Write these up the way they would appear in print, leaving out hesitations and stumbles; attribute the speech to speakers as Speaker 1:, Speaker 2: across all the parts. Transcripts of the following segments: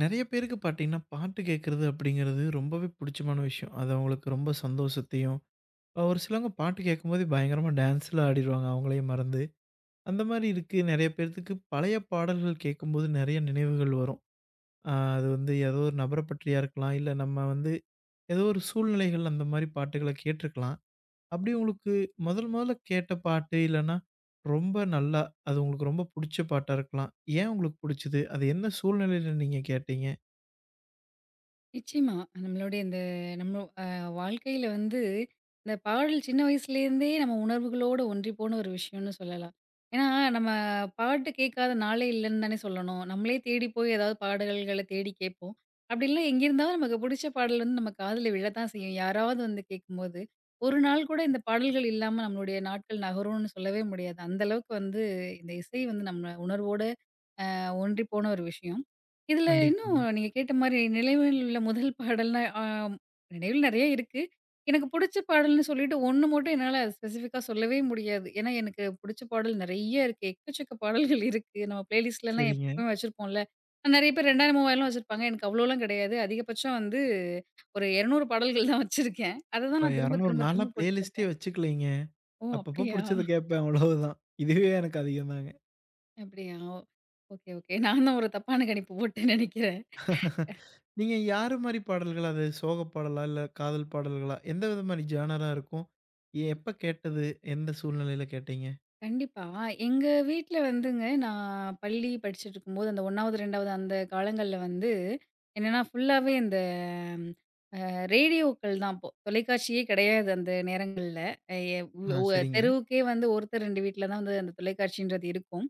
Speaker 1: நெறைய பேருக்கு பார்த்தீங்கன்னா, பாட்டு கேட்கறது அப்படிங்கிறது ரொம்பவே புடிச்சமான விஷயம். அது அவங்களுக்கு ரொம்ப சந்தோஷத்தையும் ஒரு சிலவங்க பாட்டு கேட்கும்போதே பயங்கரமா டான்ஸ்லாம் ஆடிருவாங்க அவங்களயே மறந்து. அந்த மாரி இருக்கு நெறைய பேத்துக்கு பழைய பாடல்கள் கேட்கும்போது நெறைய நினைவுகள் வரும். அது வந்து ஏதோ ஒரு நபர பற்றியா இருக்கலாம், இல்ல நம்ம வந்து ஏதோ ஒரு சூழ்நிலைகள் அந்த மாரி பாட்டுகள கேட்டுருக்கலாம். அப்படி உங்களுக்கு முதல் முதல்ல கேட்ட பாட்டு இல்லன்னா, ரொம்ப நல்லா அது உங்களுக்கு ரொம்ப புடிச்ச பாட்டா இருக்கலாம். ஏன் உங்களுக்கு புடிச்சது? அது என்ன சூழ்நிலையில நீங்க கேட்டீங்க?
Speaker 2: நிச்சயமா. நம்மளுடைய இந்த நம்ம அ வாழ்க்கையில வந்து, இந்த பாடல் சின்ன வயசுலேருந்தே நம்ம உணர்வுகளோடு ஒன்றிப்போன ஒரு விஷயம்னு சொல்லலாம். ஏன்னா, நம்ம பாட்டு கேட்காத நாளே இல்லன்னு தானே சொல்லணும். நம்மளே தேடி போய் ஏதாவது பாடல்கள தேடி கேட்போம். அப்படி இல்ல எங்கிருந்தாலும் நமக்கு புடிச்ச பாடல் வந்து நம்ம காதுல விழத்தான் செய்யும். யாராவது வந்து கேட்கும்போது, ஒரு நாள் கூட இந்த பாடல்கள் இல்லாம நம்மளுடைய நாட்கள் நகரும்னு சொல்லவே முடியாது. அந்த அளவுக்கு வந்து இந்த இசை வந்து நம்ம உணர்வோட ஒன்றி போன ஒரு விஷயம். இதுல இன்னும்
Speaker 1: கண்டிப்பாங்க.
Speaker 2: நீங்க கேட்ட மாரி நினைவில் உள்ள முதல் பாடல்னா, நினைவில் நெறைய இருக்கு. எனக்கு புடிச்ச பாடல்னு சொல்லிட்டு 1 மட்டும் என்னால ஸ்பெசிஃபிக்கா சொல்லவே முடியாது. ஏன்னா, எனக்கு புடிச்ச பாடல் நெறைய இருக்கு. எக்கச்சக்க பாடல்கள் இருக்கு. நம்ம பிளேலிஸ்ட்லலாம்
Speaker 1: சரிங்க.
Speaker 2: எப்பவுமே வச்சிருப்போம்ல. நெறைய பேர் 2000, 3000லாம் வச்சிருப்பாங்க. எனக்கு அவ்வளோலாம் கிடையாது. அதிகபட்சம் வந்து ஒரு 200 பாடல்கள் தான் வச்சிருக்கேன். அததான்
Speaker 1: அ
Speaker 2: நான் திரும்ப,
Speaker 1: 200
Speaker 2: திரும்ப,
Speaker 1: நான்லாம்
Speaker 2: திரும்ப போட்டு
Speaker 1: பிளேலிஸ்ட்டே
Speaker 2: கேட்பேன்.
Speaker 1: வச்சுக்கலைங்க.
Speaker 2: ஓ!
Speaker 1: அப்பப்போ
Speaker 2: அப்படியா?
Speaker 1: புடிச்சத கேட்பேன் அவ்வளவுதான். இதுவே எனக்கு அதிகம் தாங்க.
Speaker 2: அப்படியா? ஓ. Okay, okay. நான் தான் ஒரு தப்பான கணிப்பு போட்டேன்னு நெனைக்கிறேன்.
Speaker 1: நீங்க யாரு மாரி பாடல்கள் அது சோக பாடலா? இல்ல காதல் பாடல்களா? எந்த விதமாரி ஜானரா இருக்கும்? எப்ப கேட்டது? எந்த சூழ்நிலையில கேட்டீங்க?
Speaker 2: கண்டிப்பா. எங்க வீட்ல வந்துங்க, நான் பள்ளி படிச்சுட்ருக்கும்போது, அந்த 1வது, 2வது அந்த காலங்கள்ல வந்து, என்னன்னா ஃபுல்லாவே இந்த ரேடியோக்கள் தான் அப்போ. தொலைக்காட்சியே கிடையாது அந்த நேரங்கள்ல. எ
Speaker 1: ஆ
Speaker 2: ஒ ஒ-
Speaker 1: சரிங்க.
Speaker 2: தெருவுக்கே வந்து ஒருத்தர் 2 வீட்ல தான் வந்து அந்த தொலைக்காட்சின்றது இருக்கும்.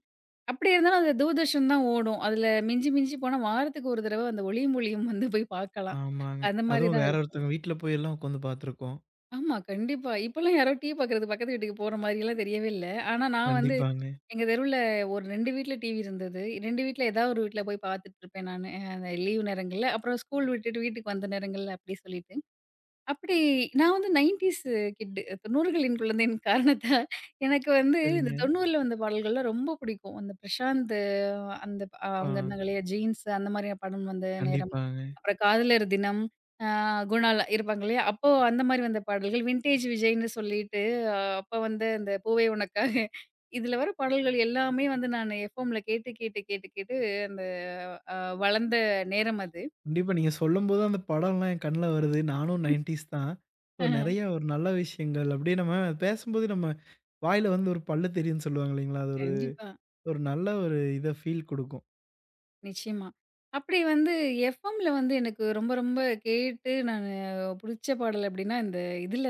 Speaker 2: அப்படி இருந்தாலும் அது தூர்தர்ஷன் தான் ஓடும். அதுல மிஞ்சி மிஞ்சி போனா வாரத்துக்கு ஒரு தடவ அந்த ஒளியும் ஒலியும் வந்து போய் பார்க்கலாம்.
Speaker 1: ஆமாங்க.
Speaker 2: அந்த மாரி
Speaker 1: அதுவும்
Speaker 2: தான்
Speaker 1: வேற
Speaker 2: இருக்கும்.
Speaker 1: ஒருத்தவங்க வீட்ல போய் எல்லாம் உட்காந்து பார்த்துருக்கோம்.
Speaker 2: ஆமா, கண்டிப்பா. இப்பலாம் யாரோ டீ பாக்குறது பக்கத்து வீட்டுக்கு போற மாரிலாம் தெரியவே இல்ல. ஆனா நான் வந்து
Speaker 1: கண்டிப்பாங்க.
Speaker 2: எங்க தெருவுல ஒரு 2 வீட்ல டிவி இருந்தது. 2 வீட்ல ஏதாவது ஒரு வீட்ல போய் பாத்துட்டுருப்பேன் நானு. அந்த லீவு நேரங்கள்ல. அப்புறம் ஸ்கூல் விட்டுட்டு வீட்டுக்கு வந்த நேரங்கள்ல அப்டி சொல்லிட்டு. அப்படி நான் வந்து 90ஸ் கிட் 90களின் குழந்தையின் காரணத்த எனக்கு வந்து இந்த
Speaker 1: சரிங்க.
Speaker 2: 90ல வந்த பாடல்கள்லாம் ரொம்ப பிடிக்கும். அந்த பிரசாந்த் அந்த
Speaker 1: ஆ
Speaker 2: அவங்க இருந்தாங்க இல்லையா? "ஜீன்ஸ்" அந்த மாரி படம் வந்த நேரம்.
Speaker 1: கண்டிப்பாங்க.
Speaker 2: அப்புறம் "காதலர் தினம்" அ குணால் இருப்பாங்க இல்லையா? அப்போ அந்த மாரி வந்த பாடல்கள், வின்டேஜ் விஜய்ன்னு சொல்லிட்டு அப்ப வந்து அந்த "பூவே உனக்காக" இதுல வர பாடல்கள் எல்லாமே வந்து நான் எஃப்எம்ல கேட்டு, கேட்டு, கேட்டு, கேட்டு அந்த அ வளர்ந்த நேரம் அது.
Speaker 1: கண்டிப்பா நீங்க சொல்லும்போது அந்த படம்லாம் என் கண்ல வருது. நானும் 90ஸ் தான். ஸோ
Speaker 2: ம்.
Speaker 1: நெறைய ஒரு நல்ல விஷயங்கள் அப்பிடியே நம்ம பேசும்போது நம்ம வாயில வந்து ஒரு பல்லு தெரியும்ன்னு சொல்லுவாங்க இல்லைங்களா? அது ஒரு
Speaker 2: கண்டிப்பா.
Speaker 1: ஒரு நல்ல ஒரு இத ஃபீல் குடுக்கும்.
Speaker 2: நிச்சயமா. அப்படி வந்து எஃப்எம்ல வந்து எனக்கு ரொம்ப ரொம்ப கேட்டு நானு புடிச்ச பாடல் அப்படின்னா, இந்த இதுல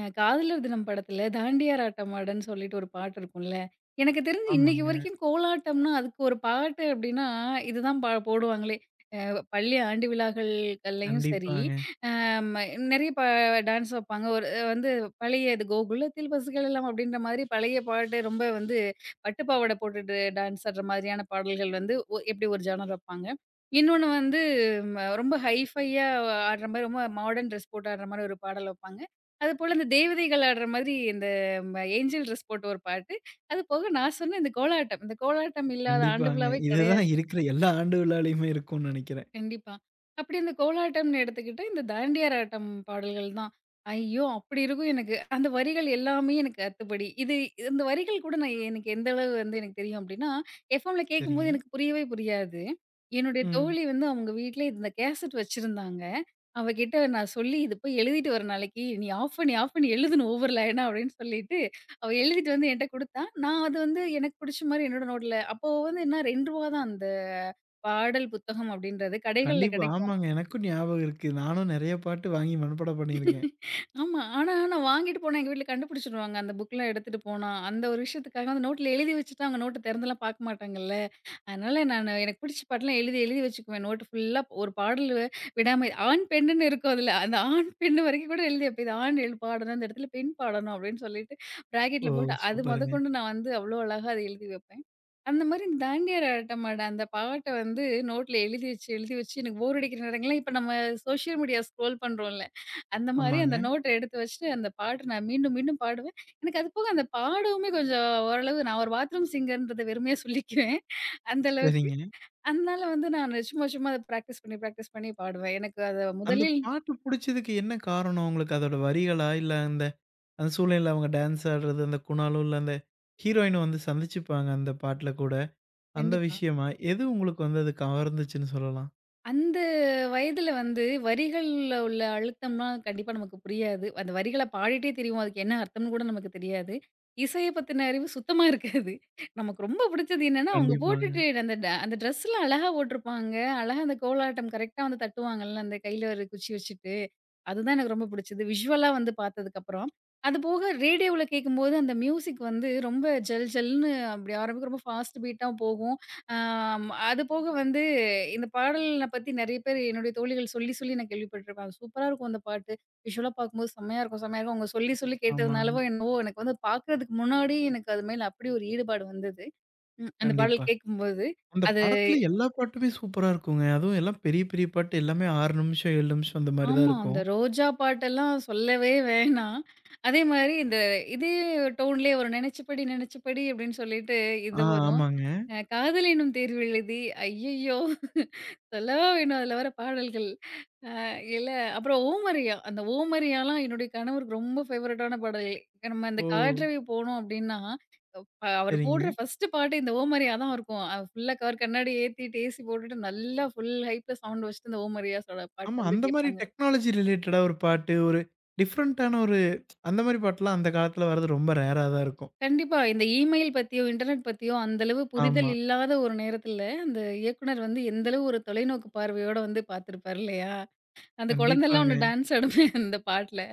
Speaker 2: காதலர் தினம் படத்துல "தாண்டியார் ஆட்டம் ஆடன்னு" சொல்லிட்டு ஒரு பாட்டு இருக்கும்ல. எனக்கு தெரிஞ்சு இன்னைக்கு
Speaker 1: ஆமாங்க.
Speaker 2: வரைக்கும் கோலாட்டம்னா, அதுக்கு ஒரு பாட்டு அப்டின்னா, இதுதான் போடுவாங்களே. அ பள்ளி ஆண்டு விழாக்கள்லயும் சரி,
Speaker 1: கண்டிப்பாங்க,
Speaker 2: அம் நெறைய டான்ஸ் வைப்பாங்க. ஒரு வந்து பழைய இது "கோகுலத்தில் பசுக்கள் எல்லாம்" அப்டின்ற மாதிரி பழைய பாட்டு ரொம்ப வந்து பட்டு பாவாடை போட்டுட்டு டான்ஸ் ஆடுற மாதிரியான பாடல்கள் வந்து ஒ எப்டி ஒரு ஜானர் வைப்பாங்க. இன்னொன்னு வந்து, ரொம்ப ஹைஃபையா ஆடுற மாரி, ரொம்ப மாடர்ன் ட்ரெஸ் போட்டு ஆடுற மாரி ஒரு பாடல் வைப்பாங்க. அதுபோல இந்த தேவதைகள் ஆடுற மாதிரி இந்த ஏஞ்சல் ட்ரெஸ் போட்டு ஒரு பாட்டு. அது போக நான் சொன்ன இந்த கோலாட்டம். இந்த கோலாட்டம் இல்லாத ஆண்டு
Speaker 1: கண்டிப்பாங்க.
Speaker 2: விழாவே
Speaker 1: இதுதான்
Speaker 2: கிடையாது.
Speaker 1: இருக்கிற எல்லா ஆண்டு விழாலயுமே இருக்கும்ன்னு நெனைக்கிறேன்.
Speaker 2: கண்டிப்பா. அப்படி இந்த கோலாட்டம்ன்னு எடுத்துக்கிட்டா, இந்த தாண்டியார் ஆட்டம் பாடல்கள் தான். ஐயோ! அப்படி இருக்கும் எனக்கு. அந்த வரிகள் எல்லாமே எனக்கு அத்துப்படி. இது இந்த வரிகள் கூட நான் எனக்கு எந்த அளவு வந்து எனக்கு தெரியும் அப்படின்னா, எஃப்எம்ல
Speaker 1: சரிங்க.
Speaker 2: கேட்கும்போது எனக்கு புரியவே புரியாது. என்னுடைய
Speaker 1: ம்.
Speaker 2: தோழி வந்து அவங்க வீட்ல இந்த கேசெட் வச்சிருந்தாங்க. அவ கிட்ட நான் சொல்லி, "இது போய் எழுதிட்டு வர நாளைக்கு, நீ ஆஃப் பண்ணி, ஆஃப் பண்ணி எழுதணும் ஒவ்வொரு லைனா" அப்படின்னு சொல்லிட்டு, அவ எழுதிட்டு வந்து என்ட்ட குடுத்தா. நான் அது வந்து எனக்கு புடிச்ச மாரி என்னோட நோட்ல அப்போ வந்து என்ன ரூ. 2 தான் அந்த பாடல் புத்தகம் அப்படின்றது கடைகள்ல
Speaker 1: கண்டிப்பா.
Speaker 2: கிடைக்கும்.
Speaker 1: ஆமாங்க. எனக்கும் ஞாபகம் இருக்கு. நானும் நெறைய பாட்டு வாங்கி மனப்பாடம் பண்ணியிருக்கேன்.
Speaker 2: ஆமா. ஆனா நான் வாங்கிட்டு போனா எங்க வீட்ல கண்டுபிடிச்சுருவாங்க. அந்த புக்லாம் எடுத்துட்டு போனா. அந்த ஒரு விஷயத்துக்காக அந்த நோட்ல எழுதி வச்சுட்டு அவங்க நோட்ட திறந்துலாம் பார்க்க மாட்டாங்கல்ல. அதனால நானு எனக்கு பிடிச்ச பாட்டெல்லாம் எழுதி எழுதி வச்சுக்குவேன். நோட்டு ஃபுல்லா ஒரு பாடல் விடாம ஆண், பெண்ணுன்னு இருக்கும் அதுல. அந்த ஆண், பெண்ணு வரைக்கும் கூட எழுதி வைப்பேன். இது ஆண் பாடணும், இந்த இடத்துல பெண் பாடணும் அப்படின்னு சொல்லிட்டு பிராக்கெட்ல
Speaker 1: ஓ!
Speaker 2: போட்டு அது
Speaker 1: சூப்பருங்க.
Speaker 2: மொதற்கொண்டு நான் வந்து அவ்வளோ அழகா அதை எழுதி வைப்பேன். அந்த மாரி இந்த "தாண்டியார் ஆட்டமாட" அந்த பாட்ட வந்து நோட்ல எழுதி வச்சு, எழுதி வச்சு எனக்கு போர் அடிக்கிற நேரங்கள்லாம் இப்ப நம்ம சோசியல் மீடியா ஸ்க்ரோல் பண்றோம்ல, அந்த மாரி
Speaker 1: ஆமாங்க.
Speaker 2: அந்த நோட்ட எடுத்து வச்சுட்டு அந்த பாட்ட நான் மீண்டும் மீண்டும் பாடுவேன். எனக்கு அது போக அந்த பாடவுமே கொஞ்சம் ஓரளவு நான் ஒரு பாத்ரூம் சிங்கர்ன்றத வெறுமையா சொல்லிக்குவேன். அந்த அளவுக்கு.
Speaker 1: சரிங்க.
Speaker 2: அதனால வந்து நானு சும்மா, சும்மா அத பிராக்டிஸ் பண்ணி, பிராக்டிஸ் பண்ணி பாடுவேன். எனக்கு அத
Speaker 1: அந்த
Speaker 2: முதலில்
Speaker 1: பாட்டு புடிச்சதுக்கு என்ன காரணம் உங்களுக்கு? அதோட வரிகளா? இல்ல அந்த அந்த சூழ்நிலையில அவங்க டான்ஸ் ஆடுறது, அந்த குணாலும் இல்ல அந்த ஹீரோயின வந்து சந்திச்சுப்பாங்க அந்த பாட்டுல கூட. அந்த
Speaker 2: கண்டிப்பா.
Speaker 1: விஷயமா? எது உங்களுக்கு வந்து அது கவர்ந்துச்சுன்னு சொல்லலாம்?
Speaker 2: அந்த வயதுல வந்து வரிகள்ல உள்ள அழுத்தம்லாம் கண்டிப்பா நமக்கு புரியாது. அந்த வரிகள பாடிட்டே திரிவோம். அதுக்கு என்ன அர்த்தம்னு கூட நமக்கு தெரியாது. இசைய பத்தின அறிவு சுத்தமா இருக்காது. நமக்கு ரொம்ப பிடிச்சது என்னன்னா, அவங்க
Speaker 1: கண்டிப்பாங்க.
Speaker 2: போட்டுட்டு அந்த அந்த ட்ரெஸ்லாம் அழகா போட்டிருப்பாங்க. அழகா அந்த கோலாட்டம் கரெக்ட்டா வந்து தட்டுவாங்கல்ல, அந்த கையில ஒரு குச்சி வச்சுட்டு. அதுதான் எனக்கு ரொம்ப பிடிச்சது. விஷுவலா வந்து பார்த்ததுக்கப்புறம். அதுபோக ரேடியோவுல கேட்கும்போது அந்த மியூசிக் வந்து ரொம்ப ஜல் ஜல்ன்னு அப்படி ஆரம்பிக்கும். ரொம்ப ஃபாஸ்ட் பீட்டா போகும். ஆ அது போக வந்து இந்த பாடல பத்தி நெறைய பேர் என்னுடைய தோழிகள் சொல்லி, சொல்லி நான் கேள்விப்பட்டுருக்கேன். அது சூப்பரா இருக்கும் அந்த பாட்டு. விஷுவலா பார்க்கும்போது செம்மையா இருக்கும், செம்மையா இருக்கும். அவங்க சொல்லி, சொல்லி
Speaker 1: ஆமாங்க.
Speaker 2: கேட்டதுனாலவோ என்னவோ எனக்கு வந்து பார்க்கறதுக்கு முன்னாடி எனக்கு அது மேல அப்படி ஒரு ஈடுபாடு வந்தது. ம். அந்த
Speaker 1: கண்டிப்பா.
Speaker 2: பாடல் கேட்கும்போது.
Speaker 1: அந்த
Speaker 2: அது
Speaker 1: படத்துல எல்லா பாட்டுமே சூப்பரா இருக்குங்க. அதுவும் எல்லாம் பெரிய, பெரிய பாட்டு எல்லாமே 6 நிமிஷம், 7 நிமிஷம் அந்த மாரி தான்
Speaker 2: ஆமா. அந்த
Speaker 1: இருக்கும்.
Speaker 2: ரோஜா பாட்டெல்லாம் சொல்லவே வேணாம். அதே மாரி இந்த இதே டோன்லயே வரும். நினைச்சபடி நினைச்சபடி அப்படின்னு சொல்லிட்டு
Speaker 1: ஆ
Speaker 2: இது வரும்.
Speaker 1: ஆமாங்க.
Speaker 2: காதல் எனும் தேர்வு எழுதி ஐய்யய்யோ! சொல்லவா வேணும். அதுல வர பாடல்கள். இல்ல அப்புறம் ஓமரியா. அந்த ஓமரியாலாம் என்னுடைய கணவருக்கு ரொம்ப ஃபேவரட்டான பாடல். நம்ம இந்த
Speaker 1: ஓ!
Speaker 2: காற்றவே போனோம் அப்டின்னா, அவரு போடுற
Speaker 1: சரிங்க.
Speaker 2: ஃபர்ஸ்ட்டு பாட்டு இந்த ஓமரியா தான் இருக்கும். ஃபுல்லா கவர் கண்ணாடி ஏத்திட்டு, ஏசி போட்டுட்டு நல்லா ஃபுல் ஹைப்ல சவுண்ட் வச்சுட்டு இந்த ஓமரியாஸோட பாட்டு
Speaker 1: ஆமா
Speaker 2: வந்து
Speaker 1: அந்த மாரி
Speaker 2: கேட்பாங்க.
Speaker 1: டெக்னாலஜி ரிலேட்டடா ஒரு பாட்டு, ஒரு டிஃபரண்டான ஒரு அந்த மாரி பாட்டுலாம் அந்த காலத்துல வர்றது ரொம்ப ரேரா தான் இருக்கும்.
Speaker 2: கண்டிப்பா இந்த இமெயில் பத்தியோ, இன்டர்நெட் பத்தியோ அந்த அளவு புரிதல்
Speaker 1: ஆமா.
Speaker 2: இல்லாத ஒரு நேரத்துல, அந்த இயக்குனர் வந்து எந்த அளவு ஒரு தொலைநோக்கு பார்வையோட வந்து பார்த்திருப்பார் இல்லையா? அந்த குழந்தைலாம் ஒண்ணு
Speaker 1: கண்டிப்பாங்க.
Speaker 2: டான்ஸ் ஆடுமே அந்த பாட்டுல.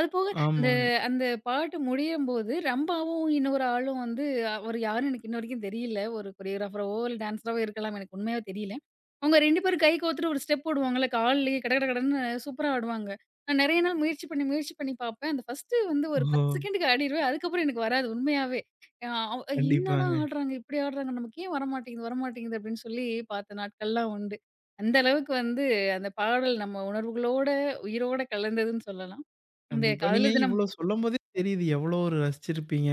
Speaker 2: அதுபோக இந்த
Speaker 1: ஆமாங்க.
Speaker 2: அந்த பாட்டு முடியும்போது ரம்பாவும் இன்னொரு ஆளும் வந்து அவரு யாருன்னு எனக்கு இன்ன வரைக்கும் தெரியல. ஒரு கொரியோகிராஃபராவோ! இல்ல டான்ஸராவோ இருக்கலாம். எனக்கு உண்மையாவே தெரியல. அவங்க 2 பேரும் கை கோத்துட்டு ஒரு ஸ்டெப் போடுவாங்கல்ல. கால்லயே கட கட கடன்னு சூப்பரா ஆடுவாங்க. நான் நெறைய நாள் முயற்சி பண்ணி, முயற்சி பண்ணி பார்ப்பேன். அந்த ஃபர்ஸ்ட்டு வந்து ஒரு
Speaker 1: ஓ!
Speaker 2: 10 செகண்டுக்கு ஆடிருவேன். அதுக்கப்புறம் எனக்கு வராது உண்மையாவே. அ அவ் என்னடா
Speaker 1: கண்டிப்பாங்க.
Speaker 2: ஆடுறாங்க? இப்படி ஆடுறாங்க. நமக்கு ஏன் வரமாட்டேங்குது, வரமாட்டேங்குது அப்படின்னு சொல்லி பார்த்த நாட்கள்லாம் உண்டு. அந்த அளவுக்கு வந்து அந்த பாடல் நம்ம உணர்வுகளோட, உயிரோட கலந்ததுன்னு சொல்லலாம். அந்த
Speaker 1: கண்டிப்பா. நீங்க
Speaker 2: காதலர் தினம்
Speaker 1: இவ்ளோ சொல்லும்போதே தெரியுது எவ்வளோ ஒரு ரசிச்சிருப்பீங்க.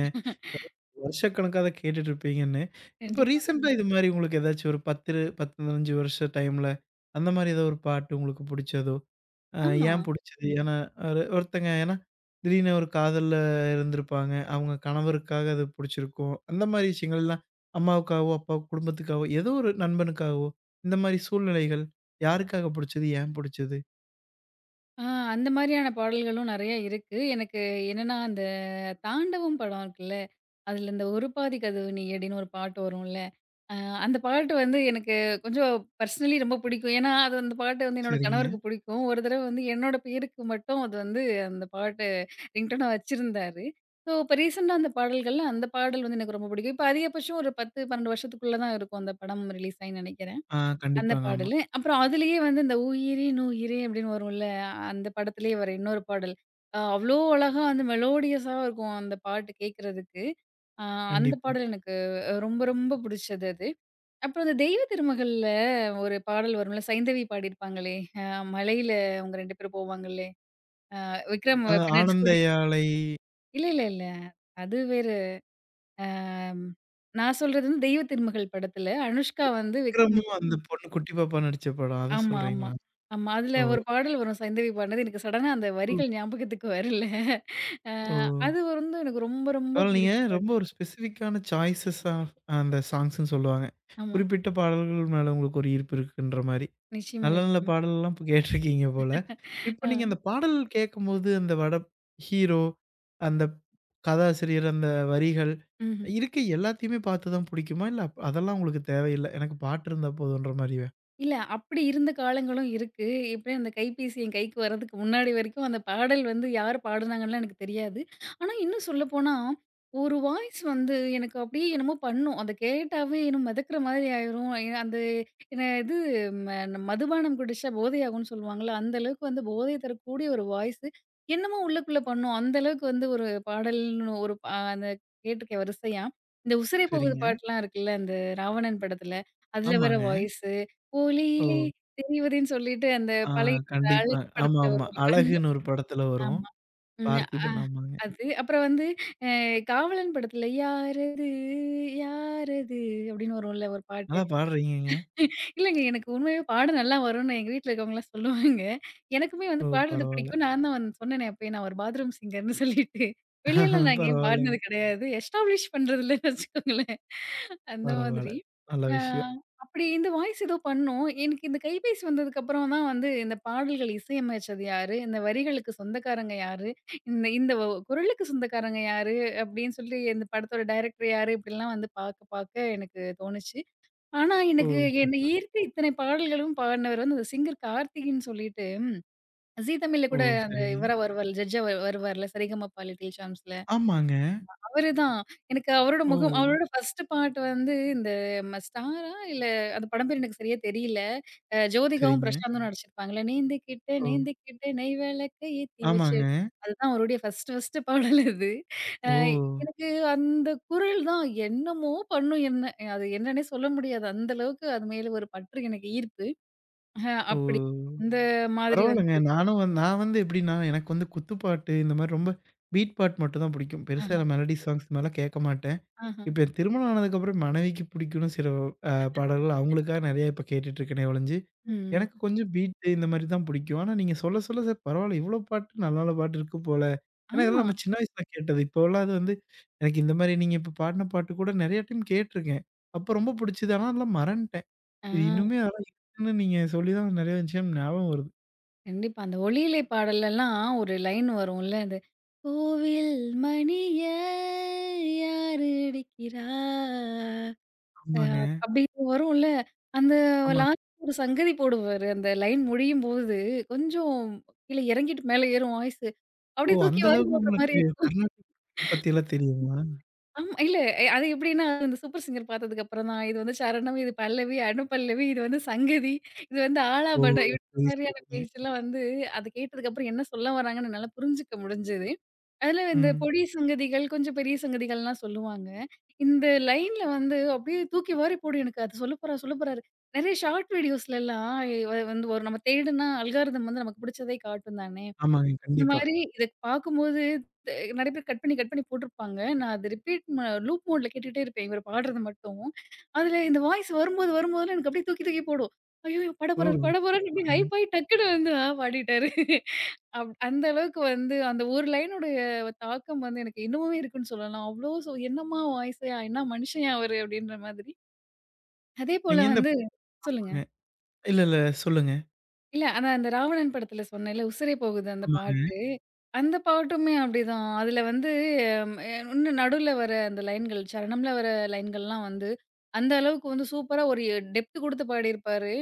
Speaker 1: வருஷக்கணக்கா அத கேட்டுட்டு இருப்பீங்கன்னு. இப்போ
Speaker 2: கண்டிப்பா.
Speaker 1: ரீசென்ட்டா ம். இது மாரி உங்களுக்கு ஏதாச்சும் ஒரு 10 15 வருஷ டைம்ல அந்த மாரி ஏதோ ஒரு பாட்டு உங்களுக்கு புடிச்சதோ, அ
Speaker 2: ஆமா.
Speaker 1: ஏன் புடிச்சது? ஏன்னா ஒரு ஒருத்தங்க ஏன்னா திடீர்னு ஒரு காதல்ல இருந்திருப்பாங்க. அவங்க கணவருக்காக அது புடிச்சிருக்கும். அந்த மாரி விஷயங்கள்லாம் அம்மாவுக்காகவோ, அப்பா குடும்பத்துக்காகவோ, ஏதோ ஒரு நண்பனுக்காகவோ, இந்த மாரி சூழ்நிலைகள் யாருக்காக புடிச்சது? ஏன் புடிச்சது?
Speaker 2: ஆ அந்த மாரியான பாடல்களும் நெறைய இருக்கு. எனக்கு என்னன்னா, தாண்டவம் படம் இருக்குல்ல, அதுல இந்த "ஒரு பாதி கதவு நீ" அப்படின்னு ஒரு பாட்டு வரும்ல. அ அந்த பாட்டு வந்து எனக்கு கொஞ்சம் பர்சனலி ரொம்ப பிடிக்கும். ஏன்னா, அது அந்த பாட்டு வந்து என்னோட
Speaker 1: சரிங்க.
Speaker 2: கணவருக்கு பிடிக்கும். ஒரு தடவ வந்து என்னோட பேருக்கு மட்டும் அது வந்து அந்த பாட்டு ரிங்டோனா வச்சிருந்தாரு. ஸோ இப்ப ரீசெண்டா அந்த பாடல்கள்ல அந்த பாடல் வந்து எனக்கு ரொம்ப பிடிக்கும். இப்ப அதிகபட்சம் ஒரு 10, 12 வருஷத்துக்குள்ள தான் இருக்கும் அந்த படம் ரிலீஸ் ஆயி நினைக்கிறேன்.
Speaker 1: ஆ
Speaker 2: அந்த
Speaker 1: கண்டிப்பாங்க. ஆமா.
Speaker 2: பாடலு. அப்புறம் அதிலேயே வந்து இந்த "உயிரின் உயிரே" நுயிரே" அப்படின்னு வரும்ல, அந்த படத்திலேயே வர இன்னொரு பாடல். அவ்ளோ அழகா வந்து மெலோடியஸா இருக்கும் அந்த பாட்டு கேட்கறதுக்கு. அ அந்த
Speaker 1: கண்டிப்பா.
Speaker 2: பாடல் எனக்கு ரொம்ப ரொம்ப புடிச்சது அது. அப்புறம் அந்த தெய்வ திருமகள்ல ஒரு பாடல் வரும்ல, சைந்தவி பாடியிருப்பாங்களே, அ மலையில அவங்க 2 பேரும் போவாங்கல்லே, விக்ரம்
Speaker 1: அ
Speaker 2: பின்னாடி
Speaker 1: ஆனந்த
Speaker 2: ஸ்கூட்டி
Speaker 1: யாழை
Speaker 2: இல்ல இல்ல இல்ல. அது வேறு. அ நான் சொல்றது வந்து தெய்வ திருமகள் படத்தில அனுஷ்கா வந்து விக்ரம்
Speaker 1: விக்ரமும் அந்த பொண்ணு குட்டி பாப்பா நடிச்ச படம். அத
Speaker 2: ஆமா, ஆமா.
Speaker 1: சொல்றீங்களா?
Speaker 2: ஆமா. அதுல
Speaker 1: ஓ!
Speaker 2: ஒரு பாடல் வரும் சைந்தவி பாடுனது. எனக்கு சடனா அந்த
Speaker 1: ம்.
Speaker 2: வரிகள் ஞாபகத்துக்கு வரல. அ
Speaker 1: ஓ!
Speaker 2: அது வந்து எனக்கு ரொம்ப ரொம்ப
Speaker 1: பரவால்ல நீங்க
Speaker 2: பிடிச்ச
Speaker 1: ரொம்ப
Speaker 2: பாட்டு.
Speaker 1: ஒரு ஸ்பெசிஃபிக்கான சாய்ஸஸ் ஆஃப் அந்த சாங்ஸ்ன்னு சொல்லுவாங்க.
Speaker 2: ஆமா.
Speaker 1: குறிப்பிட்ட பாடல்கள் மேல உங்களுக்கு ஒரு ஈர்ப்பு இருக்குன்ற மாரி.
Speaker 2: நிச்சயமா,
Speaker 1: நல்ல நல்ல
Speaker 2: நிச்சயமா.
Speaker 1: பாடல்லாம் இப்ப கேட்டுருக்கீங்க போல. இப்ப
Speaker 2: ஆ.
Speaker 1: நீங்க அந்த பாடல் கேட்கும்போது அந்த வட ஹீரோ, அந்த கதாசிரியர், அந்த வரிகள்
Speaker 2: ம்ஹ்ம்.
Speaker 1: இருக்க எல்லாத்தையுமே பார்த்து தான் புடிக்குமா? இல்ல அதெல்லாம் உங்களுக்கு தேவையில்ல. எனக்கு பாட்டு இருந்தா போதுன்ற மாரியா?
Speaker 2: இல்ல, அப்படி இருந்த காலங்களும் இருக்கு. இப்ப அந்த கைபேசி என் கைக்கு வர்றதுக்கு முன்னாடி வரைக்கும் அந்த பாடல் வந்து யார் பாடுனாங்கன்லாம் எனக்கு தெரியாது. ஆனா, இன்னும் சொல்லப்போனா, ஒரு வாய்ஸ் வந்து எனக்கு அப்படியே என்னமோ பண்ணும். அத கேட்டாவே என்னமோ மிதக்குற மாதிரி ஆயிரும். அந்த என்ன இது மதுபானம் குடிச்சா போதையாகும்ன்னு சொல்லுவாங்கல்ல, அந்த அளவுக்கு வந்து போதை தரக்கூடிய ஒரு வாய்ஸு என்னமோ உள்ளுக்குள்ள பண்ணும். அந்த அளவுக்கு வந்து ஒரு பாடல்னு ஒரு அந்த கேட்டிருக்கேன் வரிசையா. இந்த "உசிரை போகுது"
Speaker 1: சரிங்க.
Speaker 2: பாட்டுலாம் இருக்குல்ல, அந்த ராவணன் படத்துல. அதுல வர
Speaker 1: ஆமாங்க.
Speaker 2: வாய்ஸ். ஒளியிலே
Speaker 1: ஓ!
Speaker 2: தெரிவதுன்னு சொல்லிட்டு அந்த
Speaker 1: ஆ,
Speaker 2: பழைய
Speaker 1: கண்டிப்பா.
Speaker 2: அழகி படத்துல
Speaker 1: ஆமாமா.
Speaker 2: வரும்ல. அந்த
Speaker 1: அழகுன்னு ஒரு படத்துல வரும்.
Speaker 2: ஆமா. ம்.
Speaker 1: பார்த்திபன் ஆமாங்க.
Speaker 2: அது. அப்புறம் வந்து அ காவலன் படத்துல யாரது, யாரது அப்படின்னு வரும்ல ஒரு பாட்டு.
Speaker 1: நல்லா பாடுறீங்கங்க.
Speaker 2: இல்லங்க. எனக்கு உண்மையாவே பாட நல்லா வரும்னு எங்க வீட்ல இருக்கவங்கலாம் சொல்லுவாங்க. எனக்குமே வந்து
Speaker 1: ஓ!
Speaker 2: பாடுறது
Speaker 1: பரவால்ல.
Speaker 2: பிடிக்கும். நான் தான் வந்து சொன்னேனே அப்பயே நான் ஒரு பாத்ரூம் சிங்கர்ன்னு சொல்லிட்டு. வெளியலாம் நான் எங்கேயும் பாடுனது
Speaker 1: பரவால்லங்க.
Speaker 2: கிடையாது. எஸ்டாப்ளிஷ் பண்றது இல்லன்னு வச்சுக்கோங்களேன். அந்த மாதிரி.
Speaker 1: பரவால்ல. நல்ல
Speaker 2: ஆ
Speaker 1: விஷயம்.
Speaker 2: அப்படி இந்த வாய்ஸ் ஏதோ பண்ணோம். எனக்கு இந்த கைபேசி வந்ததுக்கு அப்புறம் தான் வந்து இந்த பாடல்கள் இசையமைச்சது யாரு? இந்த வரிகளுக்கு சொந்தக்காரங்க யாரு? இந்த இந்த குரலுக்கு சொந்தக்காரங்க யாரு? அப்படின்னு சொல்லி இந்த படத்தோட டைரக்டர் யாரு? இப்படிலாம் வந்து பாக்க பாக்க எனக்கு தோணுச்சு. ஆனா,
Speaker 1: ஓ!
Speaker 2: எனக்கு என்ன
Speaker 1: சூப்பர்.
Speaker 2: ஈர்த்த இத்தனை பாடல்களும் பாடுனவர் வந்து அந்த சிங்கர் கார்த்திகின்னு சொல்லிட்டு, ஜீ தமிழ்ல
Speaker 1: ஓ!
Speaker 2: கூட அந்த
Speaker 1: சரிங்க.
Speaker 2: இவரா வருவார், ஜட்ஜா வருவார்ல, சரிகமப லிட்டில் சாம்ப்ஸ்ல.
Speaker 1: ஆமாங்க.
Speaker 2: அவரு தான். எனக்கு அவரோட
Speaker 1: ஓ!
Speaker 2: முகம் அவரோட ஃபர்ஸ்ட் பார்ட் வந்து இந்த ஸ்டாரா இல்ல அந்த படம் பேர் எனக்கு சரியா தெரியல. ஜோதிகாவும்
Speaker 1: சரிங்க.
Speaker 2: பிரசாந்தும் நடிச்சிருப்பாங்கல்ல. "நேந்துக்கிட்ட
Speaker 1: ஓ!
Speaker 2: நேந்துக்கிட்ட நெய் விளக்க ஏத்தி வச்சு"
Speaker 1: ஆமாங்க.
Speaker 2: அதுதான் அவருடைய ஃபர்ஸ்ட் ஃபர்ஸ்ட் பாடல் அது. அ
Speaker 1: ஓ!
Speaker 2: எனக்கு அந்த குரல் தான் என்னமோ பண்ணும் என்ன. அது என்னன்னே சொல்ல முடியாது. அந்த அளவுக்கு அது மேல ஒரு பற்று எனக்கு ஈர்ப்பு. அப்படி.
Speaker 1: ஓ!
Speaker 2: இந்த மாதிரி
Speaker 1: பரவால்லங்க.
Speaker 2: வந்து
Speaker 1: நானும் வந்து நான் வந்து எப்படின்னா, எனக்கு வந்து குத்துப்பாட்டு இந்த மாரி ரொம்ப பீட் பாட்டு மட்டும் தான் பிடிக்கும். பெருசா
Speaker 2: ஆஹா,
Speaker 1: மெலடி சாங்ஸ் மேல கேட்க மாட்டேன்.
Speaker 2: ஆஹா.
Speaker 1: இப்ப என் திருமணம் ஆனதுக்கப்புறம் மனைவிக்கு பிடிக்கும்னு சில அ பாடல்கள் அவங்களுக்காக நெறைய இப்ப கேட்டுட்டு இருக்கேனே ஒழிஞ்சு,
Speaker 2: ம்.
Speaker 1: எனக்கு கொஞ்சம் பீட்டு இந்த மாரி தான் பிடிக்கும். ஆனா நீங்க சொல்ல சொல்ல சரி பரவால்ல இவ்ளோ பாட்டு நல்ல நல்ல பாட்டு இருக்கு போல. ஏன்னா
Speaker 2: ஆமா.
Speaker 1: இதெல்லாம் நம்ம சின்ன வயசுல கேட்டது. இப்போலாம் அது வந்து எனக்கு இந்த மாரி நீங்க இப்ப பாடுன பாட்டு கூட நெறைய டைம் கேட்டுருக்கேன். அப்ப ரொம்ப பிடிச்சது. ஆனா அதெல்லாம் மறந்துட்டேன்.
Speaker 2: ஆ.
Speaker 1: இது இன்னுமே அதெல்லாம் இருக்குன்னு நீங்க சொல்லி தான் நெறைய விஷயம் ஞாபகம் வருது.
Speaker 2: கண்டிப்பா. அந்த "ஒலியிலே பாடல்லலாம்" ஒரு லைன் வரும்ல. அது "கோவில் மணிய யார் அடிக்கிறா?" அ
Speaker 1: ஆமாங்க.
Speaker 2: அப்படின்னு வரும்ல. அந்த
Speaker 1: ஆமா.
Speaker 2: லாஸ்ட் ஒரு சங்கதி போடுவாரு. அந்த லைன் முடியும்போது, கொஞ்சம் கீழ இறங்கிட்டு மேல ஏறும் வாய்ஸு.
Speaker 1: ஓ!
Speaker 2: அப்படியே தூக்கி
Speaker 1: அந்த
Speaker 2: வாரி
Speaker 1: அளவுக்கு
Speaker 2: போடுற மாரி
Speaker 1: உங்களுக்கு கர்நாடிக் பத்தியெல்லாம் தெரியுங்களா?
Speaker 2: ஆமா. இல்ல அது எப்படின்னா, இந்த சூப்பர் சிங்கர் பார்த்ததுக்கு அப்புறம் தான், இது வந்து சரணம், இது பல்லவி, அனுபல்லவி, இது வந்து சங்கதி, இது வந்து
Speaker 1: ஓ!
Speaker 2: ஆலாபனம். இந்த
Speaker 1: சரி,
Speaker 2: மாதிரியான
Speaker 1: சரிங்க.
Speaker 2: பேச்செல்லாம் வந்து, அது கேட்டதுக்கு அப்புறம் என்ன சொல்ல வராங்கன்னு என்னால புரிஞ்சுக்க முடிஞ்சது. அதுல இந்த
Speaker 1: ம்.
Speaker 2: பொடி சங்கதிகள், கொஞ்சம் பெரிய சங்கதிகள்லாம் சொல்லுவாங்க. இந்த லைன்ல வந்து அப்படியே தூக்கி வாரி போடும் எனக்கு. அது சொல்ல போறாரு, சொல்ல போறாரு. நெறைய ஷார்ட் வீடியோஸ்லலாம் வந்து ஒரு நம்ம தேடுனா அல்காரிதம் வந்து நமக்கு பிடிச்சதே காட்டும் தானே!
Speaker 1: ஆமாங்க.
Speaker 2: இந்த
Speaker 1: கண்டிப்பா.
Speaker 2: மாரி இத பாக்கும்போது த நெறைய பேர் கட் பண்ணி, கட் பண்ணி போட்டுருப்பாங்க. நான் அத ரிப்பீட் லூப் மோட்ல கேட்டுட்டே இருப்பேன். இவரு பாடுறது மட்டும். அதுல இந்த வாய்ஸ் வரும்போது, வரும்போதெல்லாம் எனக்கு அப்படியே தூக்கி, தூக்கி போடும். ஐய்யயோ! பாட
Speaker 1: ஓ!
Speaker 2: போறாரு, பாட போறாருன்னு அப்படியே
Speaker 1: சரிங்க.
Speaker 2: ஹைப் ஆயி டக்குனு வந்து ஆ பாடிட்டாரு. அந்த அளவுக்கு வந்து அந்த ஒரு லைனுடைய தாக்கம் வந்து எனக்கு இன்னமுமே இருக்குன்னு சொல்லலாம். அவ்ளோ சோ என்னம்மா வாய்ஸயா! என்ன மனுஷன்யா அவரு! அப்படின்ற மாதிரி. அதே போல
Speaker 1: நீங்க எந்த
Speaker 2: வந்து சொல்லுங்க.
Speaker 1: படங்க? இல்ல, இல்ல சொல்லுங்க.
Speaker 2: இல்ல. ஆனா அந்த ராவணன் படத்துல சொன்னேன்ல, "உசிரை போகுது" அந்த
Speaker 1: ஆமாங்க.
Speaker 2: பாட்டு. அந்த பாட்டுமே அப்படிதான். அதுல வந்து ம் எ இன்னும் நடுவுல வர அந்த லைன்கள், சரணம்ல வர லைன்கள்லாம் வந்து, அந்த அளவுக்கு வந்து சூப்பரா ஒரு டெப்த் குடுத்து பாடியிருப்பாரு.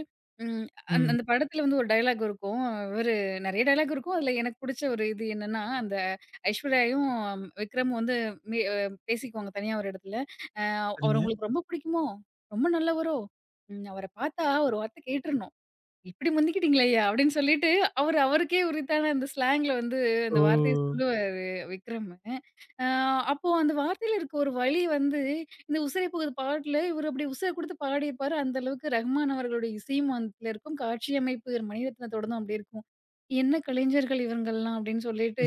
Speaker 2: ம்
Speaker 1: ம்.
Speaker 2: அந்த படத்துல வந்து ஒரு டயலாக் இருக்கும். இவரு நெறைய டயலாக் இருக்கும். அதுல எனக்கு புடிச்ச ஒரு இது என்னன்னா, அந்த ஐஸ்வர்யாயும் ஹம், விக்ரமும் வந்து மே அ பேசிக்குவாங்க தனியா ஒரு இடத்துல. "அ அவர
Speaker 1: சரிங்க.
Speaker 2: உங்களுக்கு ரொம்ப புடிக்குமோ? ரொம்ப நல்லவரோ? அவர பார்த்தா ஒரு வார்த்த கேட்டுறணும்." "இப்படி முந்திக்கிட்டீங்களய்யா" அப்படின்னு சொல்லிட்டு, அவரு அவருக்கே உரித்தான அந்த ஸ்லாங்ல வந்து அந்த வார்த்தைய
Speaker 1: ஓ!
Speaker 2: சொல்லுவாரு விக்ரமு. அ அப்போ அந்த வார்த்தையில இருக்க ஒரு வலி வந்து, இந்த "உசிரை போகுது" பாட்டுல இவரு அப்படி உசுர குடுத்து பாடியிருப்பாரு. அந்த அளவுக்கு ரஹ்மான் அவர்களுடைய இசையும் அதுல இருக்கும். காட்சியமைப்பு மணிரத்னத்தோடதும் அப்படி இருக்கும். "என்ன கலைஞர்கள் இவங்கள்லாம்" அப்படின்னு சொல்லிட்டு,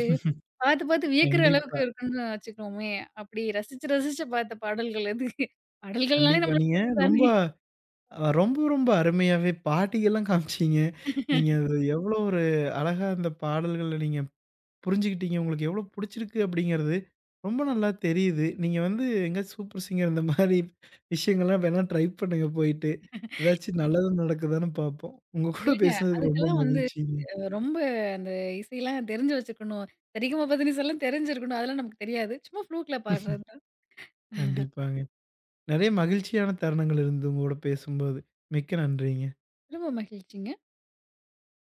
Speaker 2: பார்த்து பார்த்து வியக்கிற அளவுக்கு
Speaker 1: கண்டிப்பா,
Speaker 2: இருக்குன்னு வச்சுக்கோமே. அப்படி ரசிச்சு ரசிச்சு பார்த்த பாடல்கள் அது. பாடல்கள்னாலே
Speaker 1: கண்டிப்பா. நீங்க
Speaker 2: நம்மளுக்கு
Speaker 1: ரொம்ப
Speaker 2: தானே!
Speaker 1: ரொம்ப ரொம்ப அருமையாவே பாட்டிகள்லாம் காமிச்சீங்க. நீங்க அது எவ்வளோ ஒரு அழகா அந்த பாடல்கள நீங்க புரிஞ்சுக்கிட்டீங்க. உங்களுக்கு எவ்வளோ புடிச்சிருக்கு அப்படிங்கிறது ரொம்ப நல்லா தெரியுது. நீங்க வந்து எங்கேயாச்சும் சூப்பர் சிங்கர் இந்த மாரி விஷயங்கள்லாம் வேணா ட்ரை பண்ணுங்க போயிட்டு. ஏதாச்சும் நல்லது நடக்குதான்னு பார்ப்போம். உங்க கூட
Speaker 2: இல்லங்க.
Speaker 1: பேசினதுக்கு ரொம்ப
Speaker 2: அதுக்கெல்லாம் வந்து
Speaker 1: மகிழ்ச்சிங்க.
Speaker 2: ரொம்ப அந்த இசையெல்லாம் தெரிஞ்சு வச்சுக்கணும். சரிகமபதனிச எல்லாம் தெரிஞ்சிருக்கணும். அதெல்லாம் நமக்கு தெரியாது. சும்மா ஃப்ளூக்ல பாடுறது தான்.
Speaker 1: கண்டிப்பாங்க. நெறைய மகிழ்ச்சியான தருணங்கள் இருந்தது உங்களோட பேசும்போது. மிக்க நன்றிங்க.
Speaker 2: ரொம்ப மகிழ்ச்சிங்க.